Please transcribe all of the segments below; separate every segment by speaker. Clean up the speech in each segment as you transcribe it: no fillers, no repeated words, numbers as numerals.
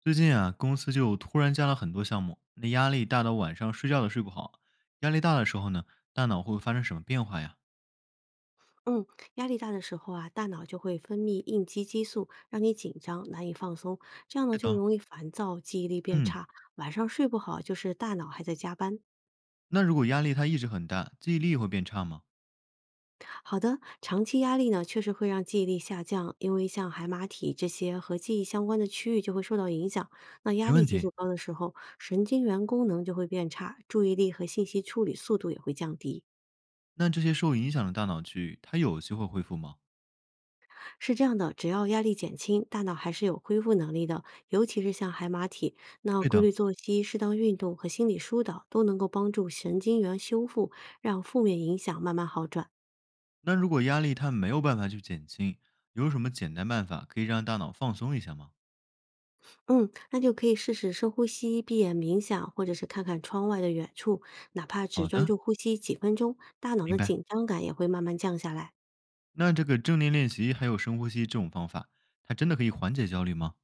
Speaker 1: 最近啊，公司就突然加了很多项目，那压力大到晚上睡觉都睡不好。压力大的时候呢，大脑会发生什么变化呀？
Speaker 2: 嗯，压力大的时候啊，大脑就会分泌应激激素，让你紧张，难以放松，这样呢
Speaker 1: 对
Speaker 2: 就
Speaker 1: 的，
Speaker 2: 容易烦躁，记忆力变
Speaker 1: 嗯，
Speaker 2: 差，晚上睡不好，就是大脑还在加班。
Speaker 1: 那如果压力它一直很大，记忆力会变差吗？
Speaker 2: 好的，长期压力呢确实会让记忆力下降，因为像海马体这些和记忆相关的区域就会受到影响。那压
Speaker 1: 没
Speaker 2: 力
Speaker 1: 问
Speaker 2: 激
Speaker 1: 题。
Speaker 2: 素高的时候，神经元功能就会变差，注意力和信息处理速度也会降低。
Speaker 1: 那这些受影响的大脑区域，它有机会恢复吗？
Speaker 2: 是这样的，只要压力减轻，大脑还是有恢复能力的，尤其是像海马体，那
Speaker 1: 对
Speaker 2: 规
Speaker 1: 的。
Speaker 2: 律作息、适当运动和心理疏导都能够帮助神经元修复，让负面影响慢慢好转。
Speaker 1: 那如果压力它没有办法去减轻，有什么简单办法可以让大脑放松一下吗？
Speaker 2: 嗯，那就可以试试深呼吸、闭眼冥想，或者是看看窗外的远处，哪怕只
Speaker 1: 好
Speaker 2: 专
Speaker 1: 的，
Speaker 2: 注呼吸几分钟，大脑
Speaker 1: 明
Speaker 2: 的
Speaker 1: 白。
Speaker 2: 紧张感也会慢慢降下来。
Speaker 1: 那这个正念练习还有深呼吸这种方法，它真的可以缓解焦虑吗？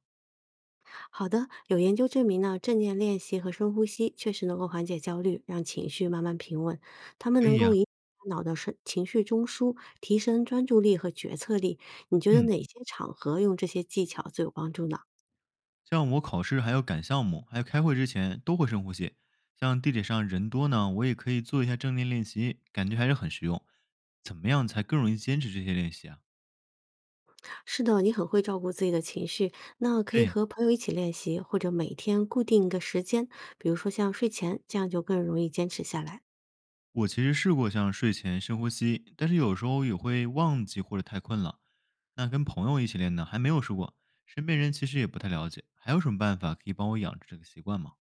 Speaker 2: 好的，有研究证明呢，正念练习和深呼吸确实能够缓解焦虑，让情绪慢慢平稳。它们
Speaker 1: 可
Speaker 2: 能
Speaker 1: 以
Speaker 2: 够
Speaker 1: 呀、
Speaker 2: 引发脑的是情绪中枢，提升专注力和决策力。你觉得
Speaker 1: 嗯。
Speaker 2: 哪些场合用这些技巧最有帮助呢？
Speaker 1: 像我考试还要赶项目，还有开会之前都会深呼吸。像地铁上人多呢，我也可以做一下正念练习，感觉还是很实用。怎么样才更容易坚持这些练习啊？
Speaker 2: 是的，你很会照顾自己的情绪，那可以
Speaker 1: 对
Speaker 2: 和朋友一起练习，或者每天固定一个时间，比如说像睡前，这样就更容易坚持下来。
Speaker 1: 我其实试过像睡前深呼吸，但是有时候也会忘记或者太困了。那跟朋友一起练呢，还没有试过，身边人其实也不太了解。还有什么办法可以帮我养成这个习惯吗？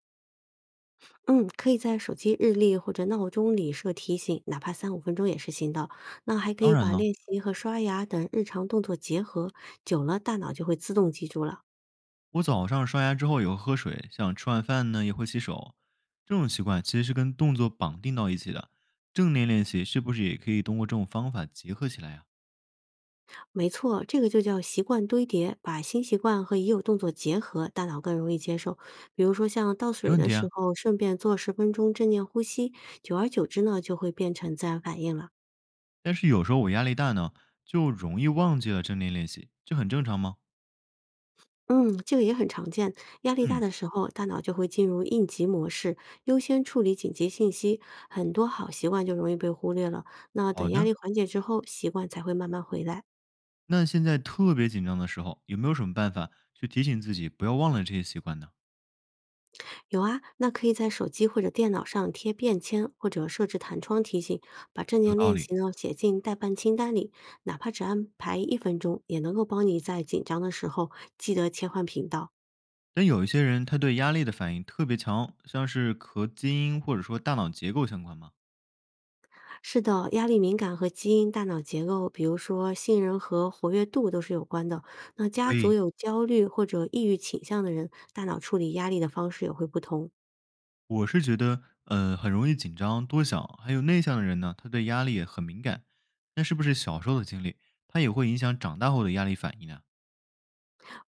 Speaker 2: 嗯，可以在手机日历或者闹钟里设提醒，哪怕三五分钟也是行的。那还可
Speaker 1: 当
Speaker 2: 以
Speaker 1: 然
Speaker 2: 把
Speaker 1: 了，
Speaker 2: 练习和刷牙等日常动作结合，久了大脑就会自动记住了。
Speaker 1: 我早上刷牙之后也会喝水，像吃完饭呢也会洗手，这种习惯其实是跟动作绑定到一起的。正念练习是不是也可以通过这种方法结合起来呀、
Speaker 2: 没错，这个就叫习惯堆叠，把新习惯和已有动作结合，大脑更容易接受。比如说像倒
Speaker 1: 没
Speaker 2: 水
Speaker 1: 问
Speaker 2: 的
Speaker 1: 题
Speaker 2: 时
Speaker 1: 啊。
Speaker 2: 候，顺便做十分钟正念呼吸，久而久之呢，就会变成自然反应了。
Speaker 1: 但是有时候我压力大呢，就容易忘记了正念练习，这很正常吗？
Speaker 2: 嗯，这个也很常见。压力大
Speaker 1: 嗯，
Speaker 2: 的时候，大脑就会进入应急模式，优先处理紧急信息，很多好习惯就容易被忽略了。那等
Speaker 1: 好
Speaker 2: 压
Speaker 1: 的。
Speaker 2: 力缓解之后，习惯才会慢慢回来。
Speaker 1: 那现在特别紧张的时候，有没有什么办法去提醒自己不要忘了这些习惯呢？
Speaker 2: 有啊，那可以在手机或者电脑上贴便签，或者设置弹窗提醒，把正
Speaker 1: 有
Speaker 2: 念
Speaker 1: 道
Speaker 2: 练
Speaker 1: 理。
Speaker 2: 习呢写进待办清单里，哪怕只安排一分钟，也能够帮你在紧张的时候记得切换频道。
Speaker 1: 但有一些人他对压力的反应特别强，像是和基因或者说大脑结构相关吗？
Speaker 2: 是的，压力敏感和基因、大脑结构，比如说杏仁核活跃度都是有关的。那家族
Speaker 1: 以。
Speaker 2: 有焦虑或者抑郁倾向的人，大脑处理压力的方式也会不同。
Speaker 1: 我是觉得，很容易紧张、多想，还有内向的人呢，他对压力也很敏感。那是不是小时候的经历，他也会影响长大后的压力反应呢？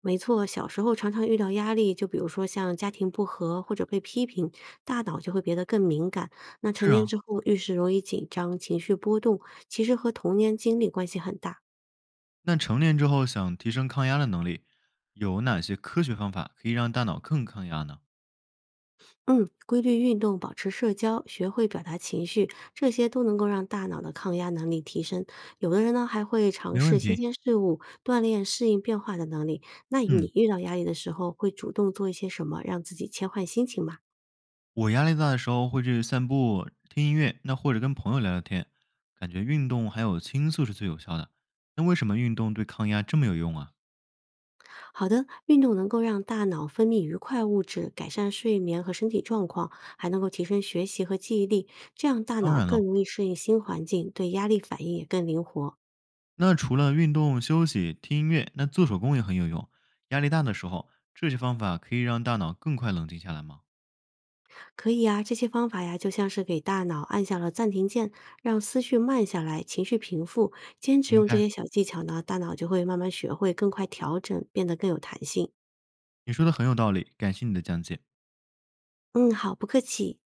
Speaker 2: 没错，小时候常常遇到压力，就比如说像家庭不和或者被批评，大脑就会变得更敏感。那成
Speaker 1: 是
Speaker 2: 年
Speaker 1: 啊，
Speaker 2: 之后遇事容易紧张、情绪波动，其实和童年经历关系很大。
Speaker 1: 那成年之后想提升抗压的能力，有哪些科学方法可以让大脑更抗压呢？
Speaker 2: 嗯，规律运动、保持社交、学会表达情绪，这些都能够让大脑的抗压能力提升。有的人呢，还会尝
Speaker 1: 没
Speaker 2: 试
Speaker 1: 问
Speaker 2: 新
Speaker 1: 题。
Speaker 2: 鲜事物，锻炼适应变化的能力。那
Speaker 1: 嗯，
Speaker 2: 你遇到压力的时候，会主动做一些什么，让自己切换心情吗？
Speaker 1: 我压力大的时候会去散步、听音乐，那或者跟朋友聊聊天，感觉运动还有倾诉是最有效的。那为什么运动对抗压这么有用啊？
Speaker 2: 好的，运动能够让大脑分泌愉快物质，改善睡眠和身体状况，还能够提升学习和记忆力，这样大
Speaker 1: 当
Speaker 2: 脑
Speaker 1: 然了。
Speaker 2: 更容易适应新环境，对压力反应也更灵活。
Speaker 1: 那除了运动、休息、听音乐，那做手工也很有用。压力大的时候，这些方法可以让大脑更快冷静下来吗？
Speaker 2: 可以啊，这些方法呀，就像是给大脑按下了暂停键，让思绪慢下来，情绪平复。坚持
Speaker 1: 明
Speaker 2: 用这
Speaker 1: 白，
Speaker 2: 些小技巧呢，大脑就会慢慢学会，更快调整，变得更有弹性。
Speaker 1: 你说的很有道理，感谢你的讲解。
Speaker 2: 嗯，好，不客气。